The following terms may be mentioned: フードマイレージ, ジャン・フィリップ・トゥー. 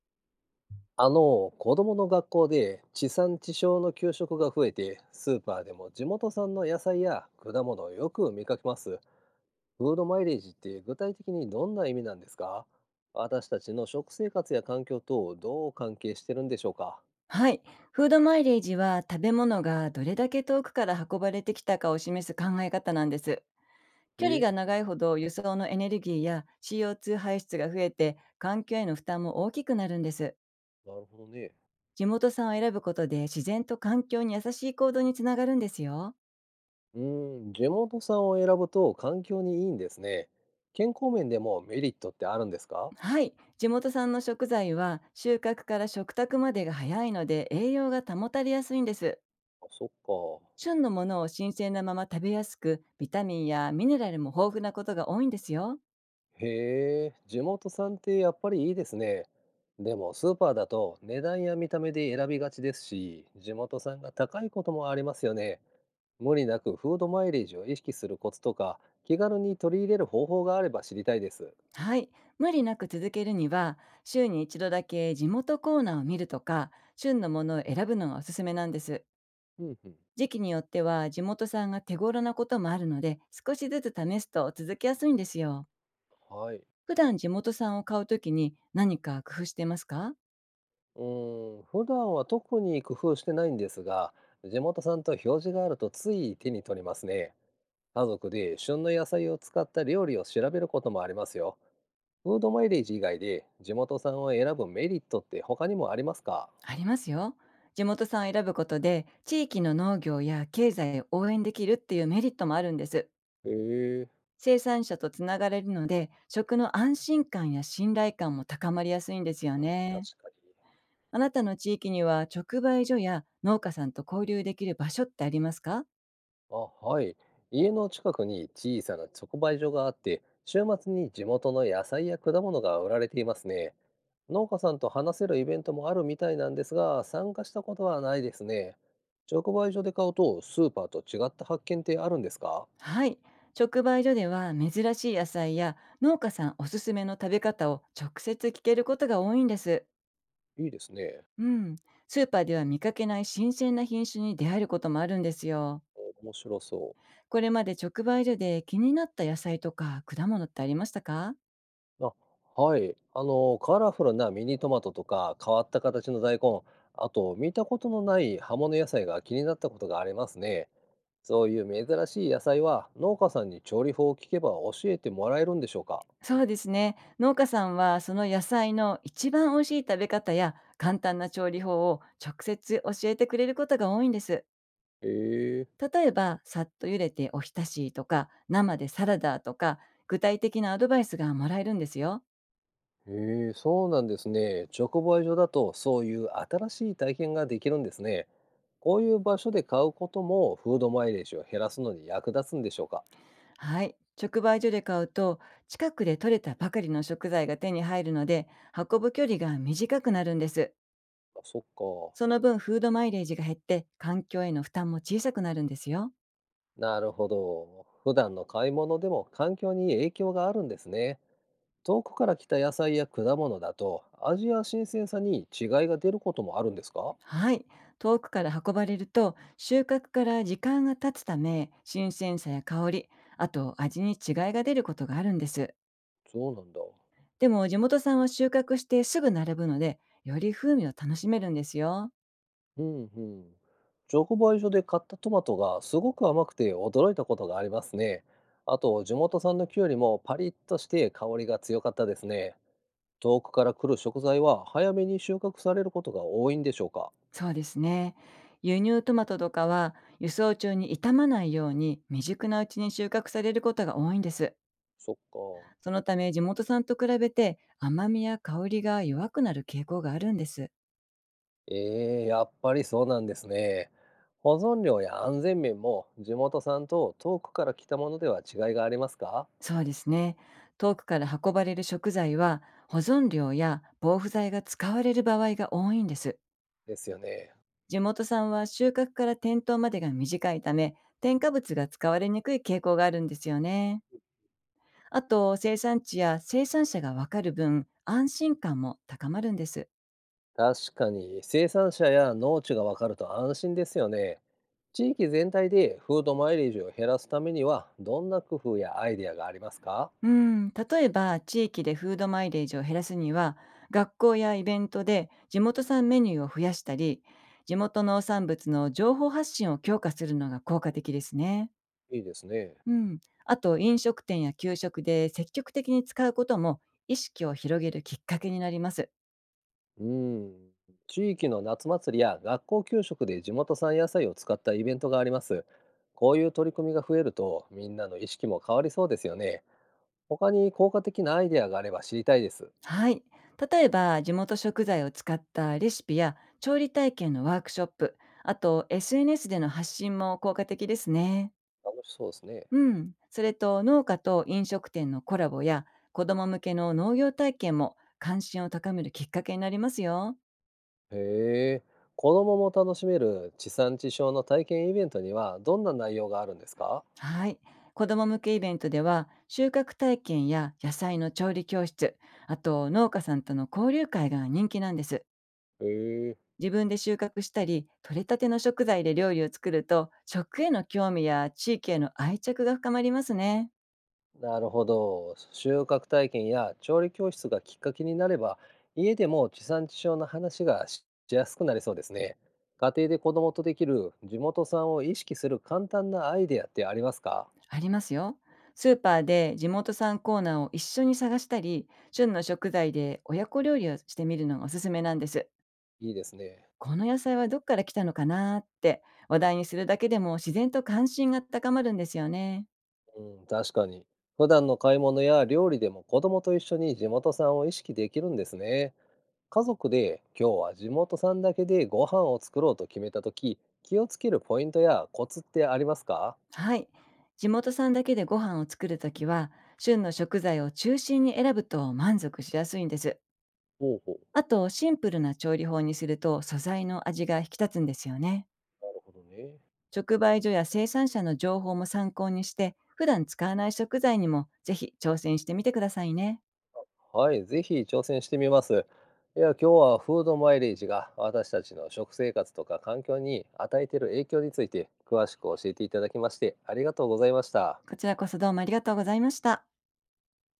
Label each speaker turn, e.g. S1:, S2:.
S1: あの、子供の学校で地産地消の給食が増えて、スーパーでも地元産の野菜や果物をよく見かけます。フードマイレージって具体的にどんな意味なんですか？私たちの食生活や環境とどう関係してるんでしょうか？
S2: はい。フードマイレージは食べ物がどれだけ遠くから運ばれてきたかを示す考え方なんです。
S1: へ
S2: 距離
S1: え。
S2: が長いほど輸送のエネルギーや CO2 排出が増えて環境への負担も大きくなるんです。
S1: なるほどね。
S2: 地元産を選ぶことで自然と環境に優しい行動につながるんですよ。
S1: 地元産を選ぶと環境にいいんですね。健康面でもメリットってあるんですか？
S2: はい。地元産の食材は収穫から食卓までが早いので栄養が保たれやすいんです。
S1: あ、そっか。
S2: 旬のものを新鮮なまま食べやすくビタミンやミネラルも豊富なことが多いんですよ。
S1: へえ、地元産ってやっぱりいいですね。でもスーパーだと値段や見た目で選びがちですし、地元産が高いこともありますよね。無理なくフードマイレージを意識するコツとか、気軽に取り入れる方法があれば知りたいです。
S2: はい。無理なく続けるには、週に一度だけ地元コーナーを見るとか、旬のものを選ぶのがおすすめなんです。
S1: うんうん。
S2: 時期によっては地元産が手頃なこともあるので、少しずつ試すと続けやすいんですよ。
S1: はい。
S2: 普段地元産を買うときに何か工夫してますか？
S1: 普段は特に工夫してないんですが、地元産と表示があるとつい手に取りますね。家族で旬の野菜を使った料理を調べることもありますよ。フードマイレージ以外で地元産を選ぶメリットって他にもありますか？
S2: ありますよ。地元産を選ぶことで、地域の農業や経済を応援できるっていうメリットもあるんです。
S1: へえ、
S2: 生産者とつながれるので、食の安心感や信頼感も高まりやすいんですよ
S1: あ、確
S2: ね。
S1: かに。
S2: あなたの地域には直売所や農家さんと交流できる場所ってありますか？
S1: あ、はい。家の近くに小さな直売所があって、週末に地元の野菜や果物が売られていますね。農家さんと話せるイベントもあるみたいなんですが、参加したことはないですね。直売所で買うとスーパーと違った発見ってあるんですか？
S2: はい。直売所では珍しい野菜や農家さんおすすめの食べ方を直接聞けることが多いんです。
S1: いいですね。
S2: うん。スーパーでは見かけない新鮮な品種に出会えることもあるんですよ。
S1: 面白そう。
S2: これまで直売所で気になった野菜とか果物ってありましたか？
S1: あ、はい。あの、カラフルなミニトマトとか、変わった形の大根、あと、見たことのない葉物野菜が気になったことがありますね。そういう珍しい野菜は、農家さんに調理法を聞けば教えてもらえるんでしょうか？
S2: そうですね。農家さんはその野菜の一番おいしい食べ方や簡単な調理法を直接教えてくれることが多いんです。
S1: へえ、
S2: 例えば、さっと茹でてお浸しとか、生でサラダとか、具体的なアドバイスがもらえるんですよ。
S1: へえ、そうなんですね。直売所だと、そういう新しい体験ができるんですね。こういう場所で買うことも、フードマイレージを減らすのに役立つんでしょうか？
S2: はい。直売所で買うと、近くで採れたばかりの食材が手に入るので、運ぶ距離が短くなるんです。
S1: あ、そっか。
S2: その分、フードマイレージが減って、環境への負担も小さくなるんですよ。
S1: なるほど。普段の買い物でも環境に影響があるんですね。遠くから来た野菜や果物だと味や新鮮さに違いが出ることもあるんですか？
S2: はい。遠くから運ばれると、収穫から時間が経つため、新鮮さや香り、あと味に違いが出ることがあるんです。
S1: そうなんだ。
S2: でも地元産は収穫してすぐ並ぶので、より風味を楽しめるんですよ。
S1: うんうん。直売所で買ったトマトがすごく甘くて驚いたことがありますね。あと地元産のキュウリもパリッとして香りが強かったですね。遠くから来る食材は早めに収穫されることが多いんでしょうか？
S2: そうですね。輸入トマトとかは輸送中に傷まないように未熟なうちに収穫されることが多いんです。
S1: そっか。
S2: そのため地元産と比べて甘みや香りが弱くなる傾向があるんです。
S1: ええ、やっぱりそうなんですね。保存料や安全面も地元産と遠くから来たものでは違いがありますか？
S2: そうですね。遠くから運ばれる食材は保存料や防腐剤が使われる場合が多いんです。
S1: ですよね。
S2: 地元産は収穫から店頭までが短いため、添加物が使われにくい傾向があるんですよね。あと、生産地や生産者がわかる分、安心感も高まるんです。
S1: 確かに生産者や農地がわかると安心ですよね。地域全体でフードマイレージを減らすためにはどんな工夫やアイデアがありますか？
S2: うん、例えば地域でフードマイレージを減らすには、学校やイベントで地元産メニューを増やしたり、地元農産物の情報発信を強化するのが効果的ですね。
S1: いいですね。
S2: うん、あと飲食店や給食で積極的に使うことも意識を広げるきっかけになります。
S1: うん。地域の夏祭りや学校給食で地元産野菜を使ったイベントがあります。こういう取り組みが増えるとみんなの意識も変わりそうですよね。他に効果的なアイデアがあれば知りたいです。
S2: はい。例えば、地元食材を使ったレシピや調理体験のワークショップ、あと SNS での発信も効果的ですね。
S1: 楽しそうですね。
S2: うん。それと、農家と飲食店のコラボや子ども向けの農業体験も関心を高めるきっかけになりますよ。
S1: へえ。子供も楽しめる地産地消の体験イベントにはどんな内容があるんですか？
S2: はい。子ども向けイベントでは収穫体験や野菜の調理教室、あと農家さんとの交流会が人気なんです。
S1: へえ。
S2: 自分で収穫したり、採れたての食材で料理を作ると、食への興味や地域への愛着が深まりますね。
S1: なるほど。収穫体験や調理教室がきっかけになれば、家でも地産地消の話がししやすくなりそうですね。家庭で子供とできる地元産を意識する簡単なアイデアってありますか？
S2: ありますよ。スーパーで地元産コーナーを一緒に探したり、旬の食材で親子料理をしてみるのがおすすめなんです。
S1: いいですね。
S2: この野菜はどっから来たのかなーって話題にするだけでも自然と関心が高まるんですよね。
S1: うん、確かに。普段の買い物や料理でも子供と一緒に地元産を意識できるんですね。家族で今日は地元産だけでご飯を作ろうと決めたとき、気をつけるポイントやコツってありますか？
S2: はい。地元産だけでご飯を作るときは、旬の食材を中心に選ぶと満足しやすいんです。
S1: ほうほう。
S2: あと、シンプルな調理法にすると素材の味が引き立つんですよね。
S1: なるほどね。
S2: 直売所や生産者の情報も参考にして、普段使わない食材にもぜひ挑戦してみてくださいね。
S1: はい、ぜひ挑戦してみます。いや、今日はフードマイレージが私たちの食生活とか環境に与えている影響について詳しく教えていただきまして、ありがとうございました。
S2: こちらこそどうもありがとうございました。